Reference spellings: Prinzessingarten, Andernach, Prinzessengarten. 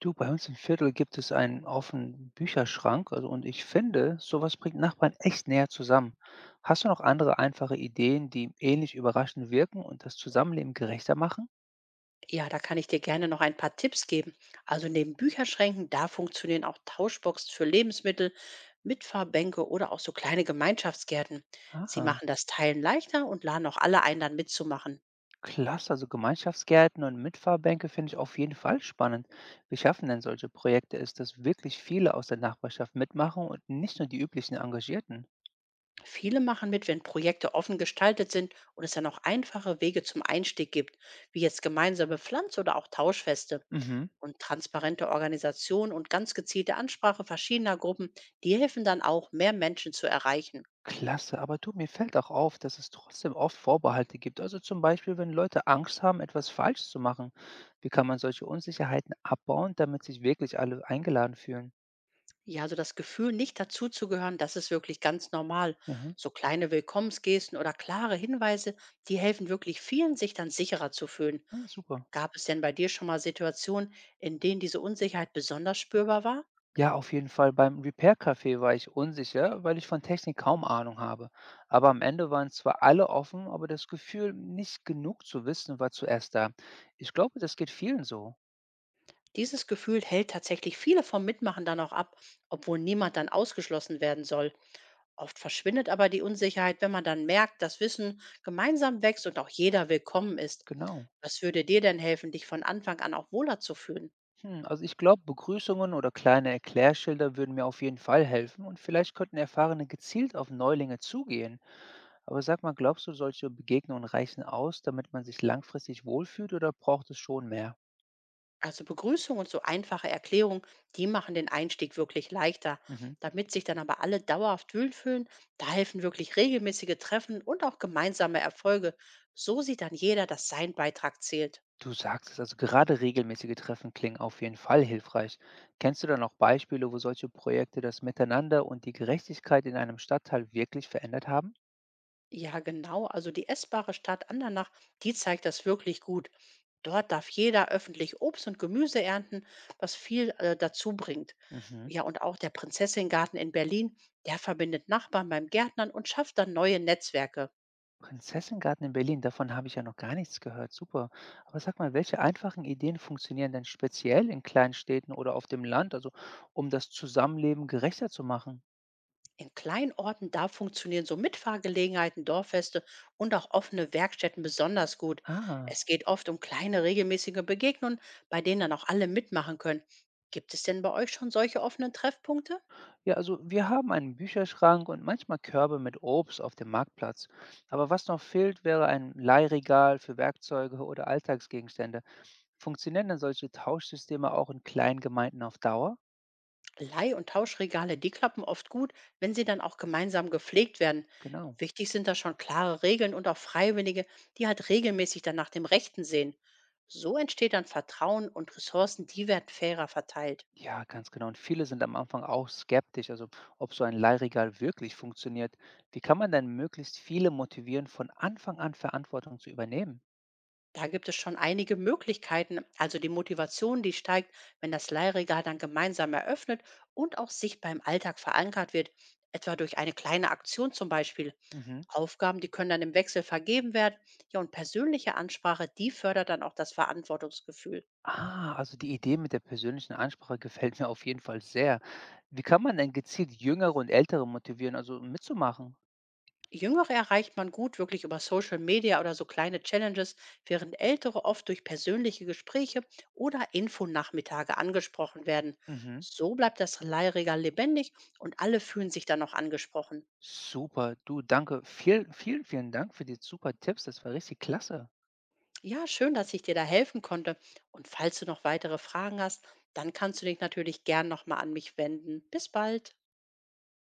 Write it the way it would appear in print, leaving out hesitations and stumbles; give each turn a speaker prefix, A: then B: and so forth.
A: Du, bei uns im Viertel gibt es einen offenen Bücherschrank, also und ich finde, sowas bringt Nachbarn echt näher zusammen. Hast du noch andere einfache Ideen, die ähnlich überraschend wirken und das Zusammenleben gerechter machen?
B: Ja, da kann ich dir gerne noch ein paar Tipps geben. Also neben Bücherschränken, da funktionieren auch Tauschboxen für Lebensmittel, Mitfahrbänke oder auch so kleine Gemeinschaftsgärten. Sie
A: Ah,
B: machen das Teilen leichter und laden auch alle ein, dann mitzumachen.
A: klasse, also Gemeinschaftsgärten und Mitfahrbänke finde ich auf jeden Fall spannend. Wie schaffen denn solche Projekte es, dass wirklich viele aus der Nachbarschaft mitmachen und nicht nur die üblichen Engagierten?
B: Viele machen mit, wenn Projekte offen gestaltet sind und es dann auch einfache Wege zum Einstieg gibt, wie jetzt gemeinsame Pflanz- oder auch Tauschfeste.
A: Mhm.
B: Und transparente Organisation und ganz gezielte Ansprache verschiedener Gruppen, die helfen dann auch, mehr Menschen zu erreichen.
A: Klasse, aber du, mir fällt auch auf, dass es trotzdem oft Vorbehalte gibt. Also zum Beispiel, wenn Leute Angst haben, etwas falsch zu machen. Wie kann man solche Unsicherheiten abbauen, damit sich wirklich alle eingeladen fühlen?
B: Ja, also das Gefühl, nicht dazuzugehören, das ist wirklich ganz normal.
A: Mhm.
B: So kleine Willkommensgesten oder klare Hinweise, die helfen wirklich vielen, sich dann sicherer zu fühlen.
A: Ah, super.
B: Gab es denn bei dir schon mal Situationen, in denen diese Unsicherheit besonders spürbar war?
A: Ja, auf jeden Fall. Beim Repair-Café war ich unsicher, weil ich von Technik kaum Ahnung habe. Aber am Ende waren zwar alle offen, aber das Gefühl, nicht genug zu wissen, war zuerst da. Ich glaube, das geht vielen so.
B: Dieses Gefühl hält tatsächlich viele vom Mitmachen dann auch ab, obwohl niemand dann ausgeschlossen werden soll. Oft verschwindet aber die Unsicherheit, wenn man dann merkt, dass Wissen gemeinsam wächst und auch jeder willkommen ist.
A: Genau.
B: Was würde dir denn helfen, dich von Anfang an auch wohler zu fühlen?
A: Hm, also ich glaube, Begrüßungen oder kleine Erklärschilder würden mir auf jeden Fall helfen und vielleicht könnten Erfahrene gezielt auf Neulinge zugehen. Aber sag mal, glaubst du, solche Begegnungen reichen aus, damit man sich langfristig wohlfühlt oder braucht es schon mehr?
B: Also Begrüßung und so einfache Erklärungen, die machen den Einstieg wirklich leichter.
A: Mhm.
B: Damit sich dann aber alle dauerhaft wohlfühlen, da helfen wirklich regelmäßige Treffen und auch gemeinsame Erfolge. So sieht dann jeder, dass sein Beitrag zählt.
A: Du sagst es, also gerade regelmäßige Treffen klingen auf jeden Fall hilfreich. Kennst du da noch Beispiele, wo solche Projekte das Miteinander und die Gerechtigkeit in einem Stadtteil wirklich verändert haben?
B: Ja, genau. Also die essbare Stadt Andernach, die zeigt das wirklich gut. Dort darf jeder öffentlich Obst und Gemüse ernten, was viel dazu bringt.
A: Mhm.
B: Ja, und auch der Prinzessingarten in Berlin, der verbindet Nachbarn beim Gärtnern und schafft dann neue Netzwerke.
A: Prinzessengarten in Berlin, davon habe ich ja noch gar nichts gehört. Super. Aber sag mal, welche einfachen Ideen funktionieren denn speziell in kleinen Städten oder auf dem Land, also um das Zusammenleben gerechter zu machen?
B: In Kleinorten da funktionieren so Mitfahrgelegenheiten, Dorffeste und auch offene Werkstätten besonders gut.
A: Ah.
B: Es geht oft um kleine regelmäßige Begegnungen, bei denen dann auch alle mitmachen können. Gibt es denn bei euch schon solche offenen Treffpunkte?
A: Ja, also wir haben einen Bücherschrank und manchmal Körbe mit Obst auf dem Marktplatz. Aber was noch fehlt, wäre ein Leihregal für Werkzeuge oder Alltagsgegenstände. Funktionieren denn solche Tauschsysteme auch in kleinen Gemeinden auf Dauer?
B: Leih- und Tauschregale, die klappen oft gut, wenn sie dann auch gemeinsam gepflegt werden.
A: Genau.
B: Wichtig sind da schon klare Regeln und auch Freiwillige, die halt regelmäßig dann nach dem Rechten sehen. So entsteht dann Vertrauen und Ressourcen, die werden fairer verteilt.
A: Ja, ganz genau. Und viele sind am Anfang auch skeptisch, also ob so ein Leihregal wirklich funktioniert. Wie kann man denn möglichst viele motivieren, von Anfang an Verantwortung zu übernehmen?
B: Da gibt es schon einige Möglichkeiten. Also die Motivation, die steigt, wenn das Leihregal dann gemeinsam eröffnet und auch sichtbar im Alltag verankert wird, etwa durch eine kleine Aktion zum Beispiel.
A: Mhm.
B: Aufgaben, die können dann im Wechsel vergeben werden. Ja, und persönliche Ansprache, die fördert dann auch das Verantwortungsgefühl.
A: Ah, also die Idee mit der persönlichen Ansprache gefällt mir auf jeden Fall sehr. Wie kann man denn gezielt Jüngere und Ältere motivieren, also mitzumachen?
B: Jüngere erreicht man gut wirklich über Social Media oder so kleine Challenges, während ältere oft durch persönliche Gespräche oder Infonachmittage angesprochen werden.
A: Mhm.
B: So bleibt das Leihregal lebendig und alle fühlen sich dann noch angesprochen.
A: Super, du, danke. Vielen Dank für die super Tipps. Das war richtig klasse.
B: Ja, schön, dass ich dir da helfen konnte. Und falls du noch weitere Fragen hast, dann kannst du dich natürlich gern nochmal an mich wenden. Bis bald.